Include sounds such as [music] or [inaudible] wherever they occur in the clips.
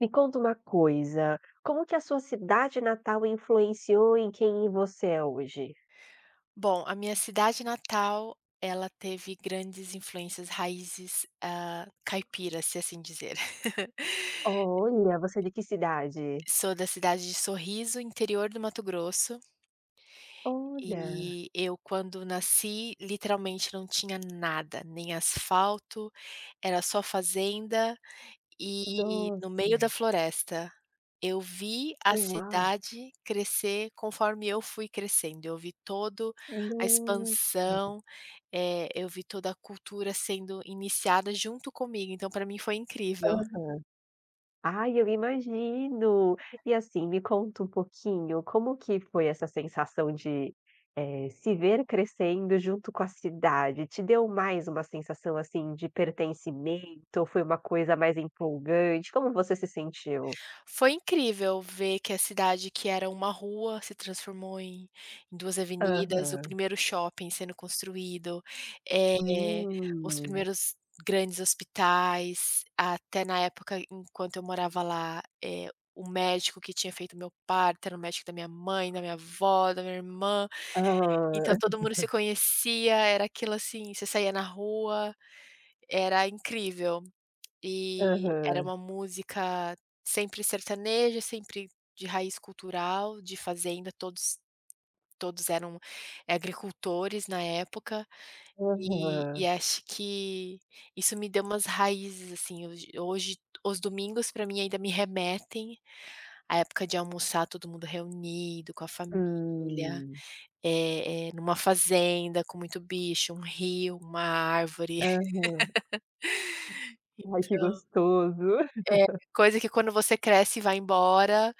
Me conta uma coisa, como que a sua cidade natal influenciou em quem você é hoje? Bom, a minha cidade natal, ela teve grandes influências raízes, caipiras, se assim dizer. [laughs] Olha, você é de que cidade? Sou da cidade de Sorriso, interior do Mato Grosso, Olha, e eu quando nasci, literalmente não tinha nada, nem asfalto, era só fazenda e no nossa, meio da floresta. Eu vi a uau, cidade crescer conforme eu fui crescendo, eu vi toda a nossa. expansão. Eu vi toda a cultura sendo iniciada junto comigo, então para mim foi incrível. Ai, eu imagino. E assim, me conta um pouquinho, como que foi essa sensação de, se ver crescendo junto com a cidade? Te deu mais uma sensação, assim, de pertencimento ou foi uma coisa mais empolgante? Como você se sentiu? Foi incrível ver que a cidade que era uma rua se transformou em 2 avenidas, o Aham. primeiro shopping sendo construído, eh, os Hum. primeiros grandes hospitais, até na época enquanto eu morava lá, o médico que tinha feito meu parto era o médico da minha mãe, da minha avó, da minha irmã, Ah, então todo mundo se conhecia, era aquilo assim, você saía na rua. Era incrível. E era aham, uma música sempre sertaneja, sempre de raiz cultural, de fazenda, todos eram agricultores na época, e aham. e acho que isso me deu umas raízes, assim, hoje os domingos para mim ainda me remetem à época de almoçar todo mundo reunido com a família, Hum, numa fazenda com muito bicho, um rio, uma árvore. aham. Ai, que [laughs] gostoso. É, coisa que quando você cresce e vai embora,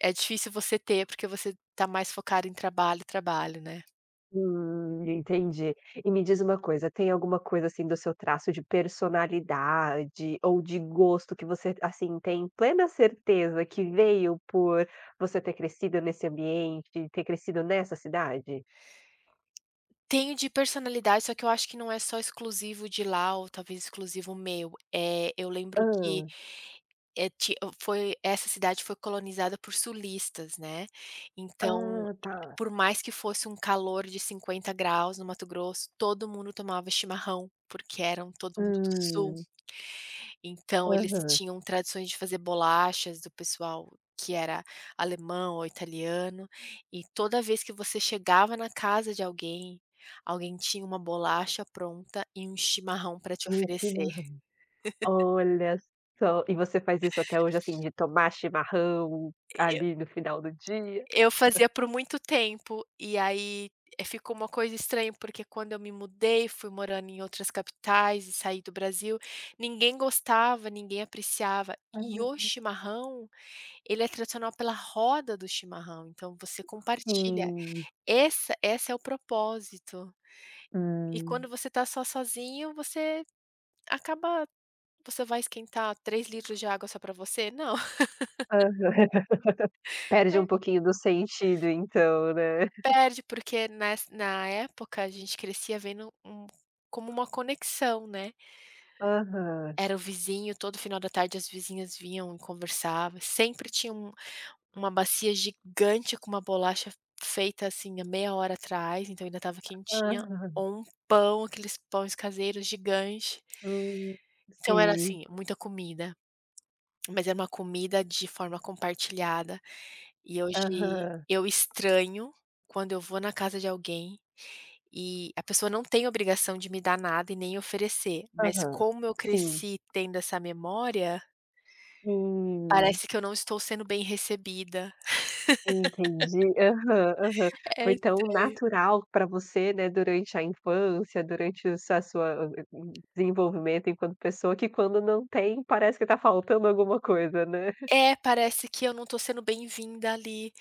é difícil você ter, porque você tá mais focado em trabalho, trabalho, né. Entendi. E me diz uma coisa, tem alguma coisa, assim, do seu traço de personalidade ou de gosto que você, assim, tem plena certeza que veio por você ter crescido nesse ambiente, ter crescido nessa cidade? Tenho de personalidade, só que eu acho que não é só exclusivo de lá ou talvez exclusivo meu. Eu lembro que, Hã. eh, ti foi essa cidade foi colonizada por sulistas, né, então, Ah, tá. por mais que fosse um calor de 50 graus no Mato Grosso, todo mundo tomava chimarrão, porque eram todo mundo do sul. Hum. Então eles Aham. tinham tradições de fazer bolachas do pessoal que era alemão ou italiano, e toda vez que você chegava na casa de alguém, alguém tinha uma bolacha pronta e um chimarrão para te E o oferecer. Olha só, e você faz isso até hoje, assim, de tomar chimarrão ali no final do dia? Eu fazia por muito tempo, e aí, ficou uma coisa estranha, porque quando eu me mudei, fui morando em outras capitais e saí do Brasil, ninguém gostava, ninguém apreciava, Hã. e o chimarrão, ele é tradicional pela roda do chimarrão, então você compartilha. Sim, Essa é o propósito. E hum, quando você tá só sozinho, você acaba, você vai esquentar 3 litros de água só pra você? Não. aham. [laughs] Perde um É. [laughs] pouquinho do sentido então, né. Perde, porque nes na época a gente crescia vendo como uma conexão, né. Aham, Era o vizinho, todo final da tarde as vizinhas vinham e conversavam, sempre tinha uma bacia gigante com uma bolacha feita, assim, há meia hora atrás, então ainda estava quentinha, aham, ou um pão, aqueles pães caseiros gigante. hum, Então era, sim, assim, muita comida, mas era uma comida de forma compartilhada, e hoje aham, eu estranho quando eu vou na casa de alguém e a pessoa não tem obrigação de me dar nada e nem oferecer, mas aham, como eu sim, cresci tendo essa memória, hum. parece que eu não estou sendo bem recebida. Entendi. Aham, aham. É Foi tão estranho. natural para você, né, durante a infância, durante o sua desenvolvimento enquanto pessoa, que quando não tem, parece que tá faltando alguma coisa, né. É, parece que eu não tô sendo bem-vinda ali,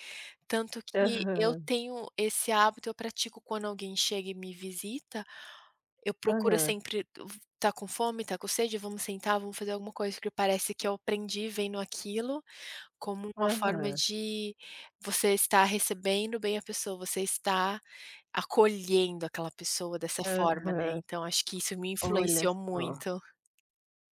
tanto que eu Aham, tenho esse hábito, eu pratico quando alguém chega e me visita, eu procuro aham, sempre v tá com fome, tá com sede, vamos sentar, vamos fazer alguma coisa, porque parece que eu aprendi vendo aquilo como uma forma aham, de você estar recebendo bem a pessoa, você está acolhendo aquela pessoa dessa forma, né, aham. então acho que isso me Olha influenciou só, muito.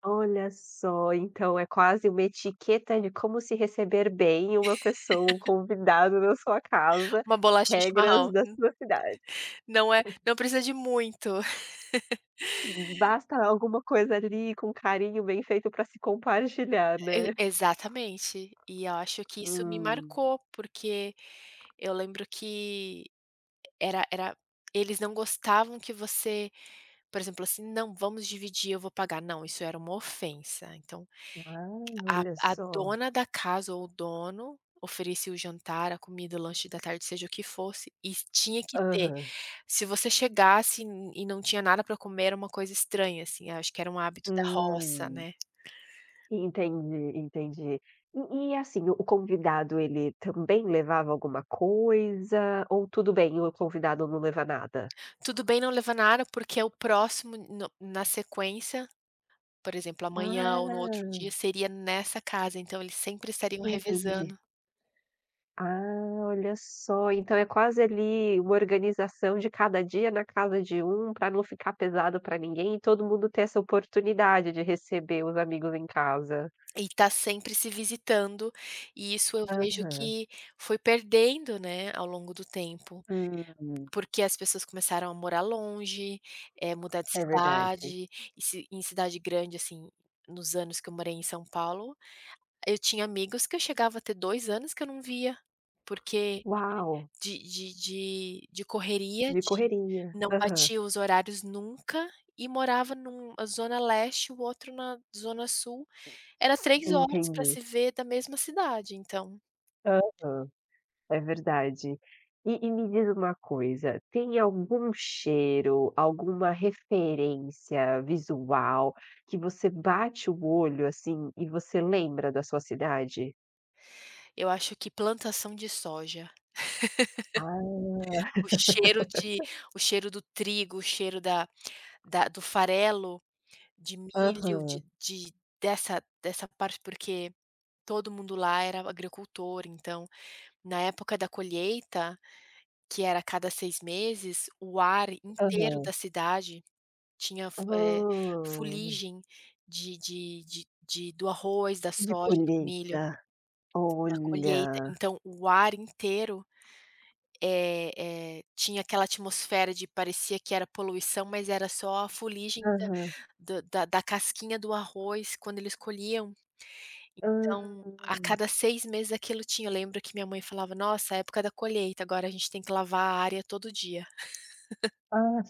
olha só, então é quase uma etiqueta de como se receber bem uma pessoa, um convidado na sua casa, Uma bolacha e um chimarrão, regras da sua cidade. não é, não precisa de muito. Basta alguma coisa ali com carinho bem feito para se compartilhar, E né. exatamente. E eu acho que isso me Hum. marcou, porque eu lembro que era eles não gostavam que você, por exemplo, assim: "Não, vamos dividir, eu vou pagar". Não, isso era uma ofensa. Então, Ah, a olha a só. dona da casa ou o dono oferecia o jantar, a comida, o lanche da tarde, seja o que fosse, e tinha que ter. Aham. Se você chegasse e não tinha nada para comer, era uma coisa estranha, assim, acho que era um hábito da roça, Hum. né. Entendi, entendi. E, assim, o convidado ele também levava alguma coisa ou tudo bem, o convidado não leva nada? Tudo bem não levar nada, porque é o próximo no na sequência, por exemplo, amanhã ou no outro dia, Ah, seria nessa casa, então eles sempre estariam entendi. revezando Ah, olha só, então é quase ali uma organização de cada dia na casa de um, para não ficar pesado para ninguém e todo mundo ter essa oportunidade de receber os amigos em casa. e tá sempre se visitando, e isso eu vejo Aham. que foi perdendo, né, ao longo do tempo, Hum, porque as pessoas começaram a morar longe, mudar de é verdade. cidade, e ci em cidade grande, assim, nos anos que eu morei em São Paulo, eu tinha amigos que eu chegava a ter 2 anos que eu não via, porque Uau, de correria, de de correria. não Aham. batia os horários nunca, e morava num zona leste, o outro na zona sul, era 3 horas para Entendi. se ver da mesma cidade, então, Aham. É verdade. E me diz uma coisa, tem algum cheiro, alguma referência visual que você bate o olho, assim, e você lembra da sua cidade? eu acho que plantação de soja, Ah, o cheiro de o cheiro do trigo, o cheiro da da do farelo, de milho, aham, de dessa dessa parte, porque todo mundo lá era agricultor, então, na época da colheita, que era a cada 6 meses, o ar inteiro da aham. cidade tinha Ah, fuligem de do arroz, da de soja, do milho, colheita. da colheita. Olha. Então o ar inteiro, eh tinha aquela atmosfera de parecia que era poluição, mas era só a fuligem da Aham. do da da casquinha do arroz quando eles colhiam. Ah, Então, a cada 6 meses aquilo tinha. Eu lembro que minha mãe falava: "Nossa, época da colheita, agora a gente tem que lavar a área todo dia". ah,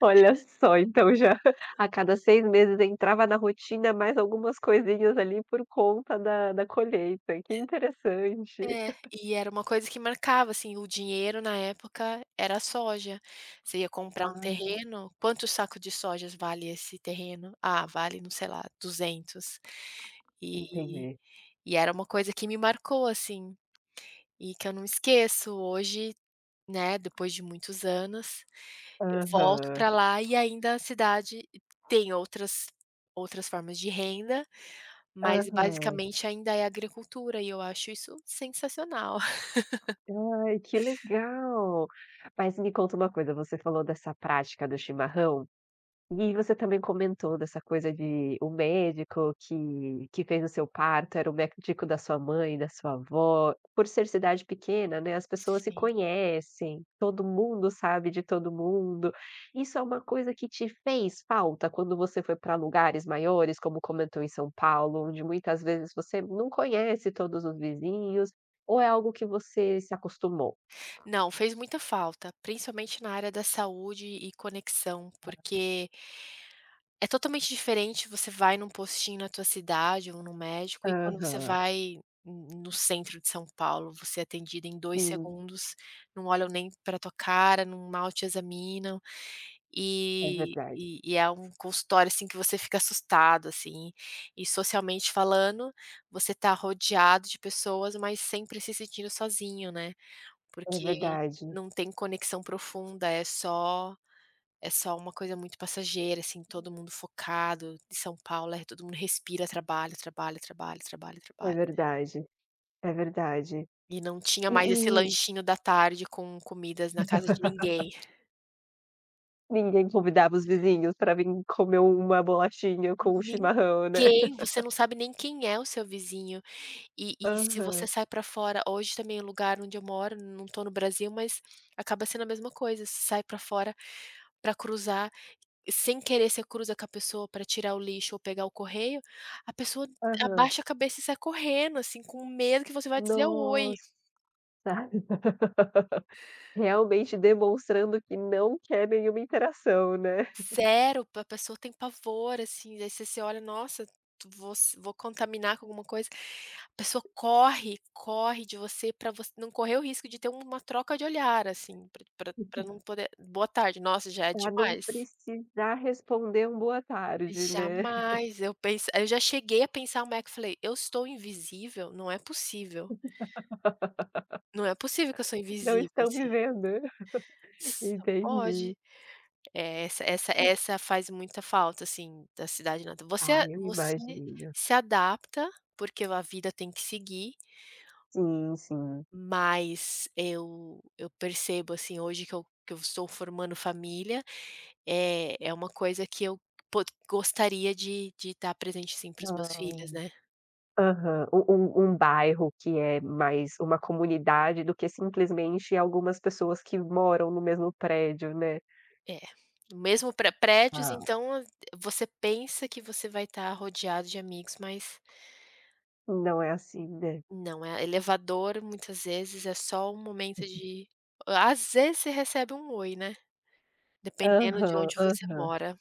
olha só, então já [laughs] a cada 6 meses entrava na rotina mais algumas coisinhas ali por conta da colheita, que interessante. É, e era uma coisa que marcava, assim, o dinheiro na época era a soja. Você ia comprar um Ah, terreno, quanto saco de sojas vale esse terreno? Ah, vale, não sei lá, 200. E entendi. Era uma coisa que me marcou, assim, e que eu não esqueço. Hoje, né, depois de muitos anos, eu volto Aham, para lá e ainda a cidade tem outras outras formas de renda, mas aham. basicamente ainda é agricultura e eu acho isso sensacional. Ai, que legal. Mas me conta uma coisa, você falou dessa prática do chimarrão. E você também comentou dessa coisa de o médico que fez o seu parto era o médico da sua mãe, da sua avó. Por ser cidade pequena, né, as pessoas se Sim. conhecem, todo mundo sabe de todo mundo. Isso é uma coisa que te fez falta quando você foi para lugares maiores, como comentou em São Paulo, onde muitas vezes você não conhece todos os vizinhos, ou é algo que você se acostumou? Não, fez muita falta, principalmente na área da saúde e conexão, porque é totalmente diferente você vai num postinho na tua cidade ou no médico, e quando você Aham. vai n no centro de São Paulo, você é atendido em dois Sim, segundos, não olham nem pra tua cara, não mal te examinam, é verdade. É um consultório, assim, que você fica assustado, assim. E socialmente falando, você tá rodeado de pessoas, mas sempre se sentindo sozinho, né. É Porque verdade, não tem conexão profunda, é só uma coisa muito passageira, assim, todo mundo focado, em São Paulo, todo mundo respira trabalho, trabalho, trabalho, trabalho, é trabalho. verdade. É verdade. E não tinha E mais esse e lanchinho da tarde com comidas na casa de ninguém. ninguém convidava os vizinhos pra vir comer uma bolachinha com um chimarrão, né. Ninguém, você não sabe nem quem é o seu vizinho. Se você Aham, sai pra fora hoje também o lugar onde eu moro, não tô no Brasil, mas acaba sendo a mesma coisa, você sai pra fora pra cruzar sem querer você cruza com a pessoa para tirar o lixo ou pegar o correio, a pessoa aham. abaixa a cabeça e sai correndo, assim, com medo que você vai dizer "oi". Nossa! [laughs] Realmente demonstrando que não quer nenhuma interação, né. Sério, a pessoa tem pavor, assim, aí você você olha: "Nossa, tu vou s vou contaminar com alguma coisa". A pessoa corre, corre de você para você não correr o risco de ter uma troca de olhar, assim, para não poder "boa tarde", nossa, já é Pra não demais. precisar responder um "boa tarde", né. Jamais, eu penso, eu já cheguei a pensar uma época, eu falei: "Eu estou invisível? Não é possível". Não é possível que eu sou "Não invisível, estão assim. me vendo". [laughs] S Entendi. Pode. É, essa essa Hum, essa faz muita falta, assim, da cidade natal. Você ah, eu você imagino. se adapta, porque a vida tem que seguir, Sim, sim. mas eu percebo, assim, hoje que eu estou formando família, é uma coisa que eu pod gostaria de estar presente, sim, para os meus filhos, Hã. né. Aham, um bairro que é mais uma comunidade do que simplesmente algumas pessoas que moram no mesmo prédio, né. É. Mesmo para prédios, Ah. então, você pensa que você vai estar rodeado de amigos, mas Não é assim, né. não, é elevador, muitas vezes é só um momento de, às vezes você recebe um "oi", né, dependendo de Aham, onde você aham. mora,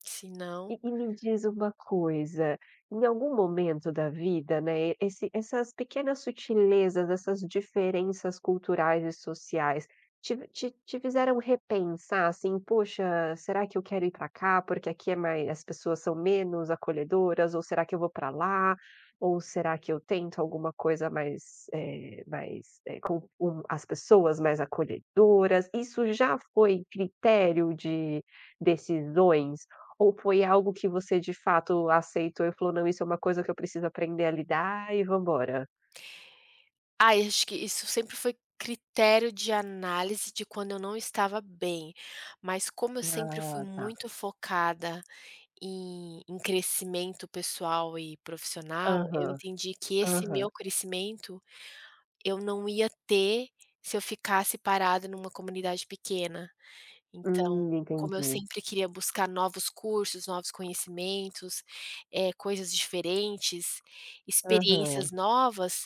se não E me diz uma coisa, em algum momento da vida, né, esse essas pequenas sutilezas, essas diferenças culturais e sociais, te fizeram repensar, assim: "Poxa, será que eu quero ir para cá, porque aqui é mais as pessoas são menos acolhedoras, ou será que eu vou para lá, ou será que eu tento alguma coisa mais, mais, com as pessoas mais acolhedoras?" Isso já foi critério de decisões ou foi algo que você de fato aceitou e falou: "Não, isso é uma coisa que eu preciso aprender a lidar e vambora"? ai, acho que isso sempre foi critério de análise de quando eu não estava bem, mas como eu sempre fui Ah, tá. muito focada em crescimento pessoal e profissional, eu Aham, entendi que esse aham. meu crescimento eu não ia ter se eu ficasse parada numa comunidade pequena. Então, como eu Entendi. sempre queria buscar novos cursos, novos conhecimentos, coisas diferentes, experiências Aham. novas,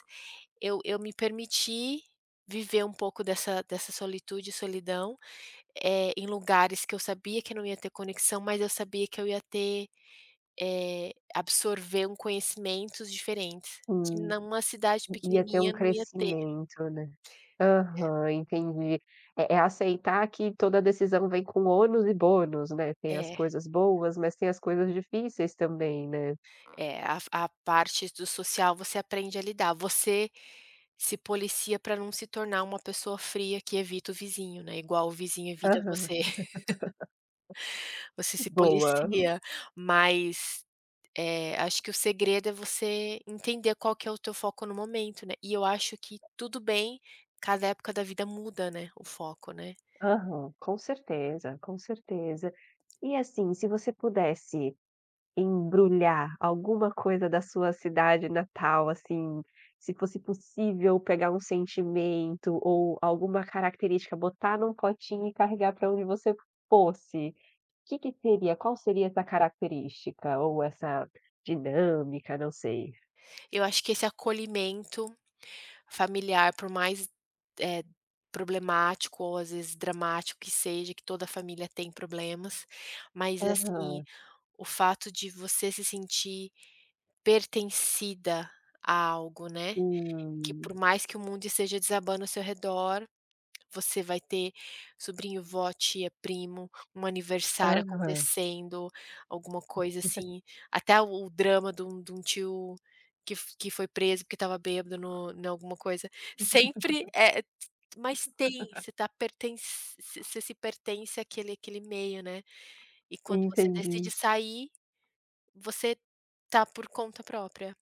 eu me permiti viver um pouco dessa solitude e solidão, em lugares que eu sabia que não ia ter conexão, mas eu sabia que eu ia ter, absorver um conhecimentos diferentes, que Sim, numa cidade i ia ter um pequenininha não ia ter. crescimento, né. Aham, entendi. É é aceitar que toda decisão vem com ônus e bônus, né. Tem as É. coisas boas, mas tem as coisas difíceis também, né. É, a parte do social você aprende a lidar, você se policia para não se tornar uma pessoa fria que evita o vizinho, né, igual o vizinho evita Aham, você, [laughs] você se boa. policia, mas, acho que o segredo é você entender qual que é o teu foco no momento, né, e eu acho que tudo bem, cada época da vida muda, né, o foco, né. Aham, com certeza, com certeza. E assim, se você pudesse embrulhar alguma coisa da sua cidade natal, assim, se fosse possível pegar um sentimento ou alguma característica, botar num potinho e carregar para onde você fosse, que seria? Qual seria essa característica ou essa dinâmica? Não sei. Eu acho que esse acolhimento familiar, por mais, eh, problemático ou às vezes dramático que seja, que toda família tem problemas, mas assim, Aham. o fato de você se sentir pertencida a algo, né, que Hum. por mais que o mundo esteja desabando ao seu redor, você vai ter sobrinho, vó, tia, primo, um aniversário Aham. acontecendo, alguma coisa assim, até o drama de um tio que foi preso porque estava bêbado no em alguma coisa. Sempre mas tem, você se pertence àquele meio, né. E quando você decide Entendi, sair, você tá por conta própria.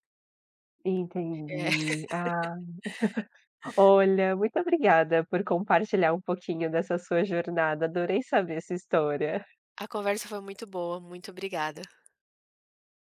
É. [laughs] entendi. Ah, olha, muito obrigada por compartilhar um pouquinho dessa sua jornada, adorei saber essa história. A conversa foi muito boa, muito obrigada.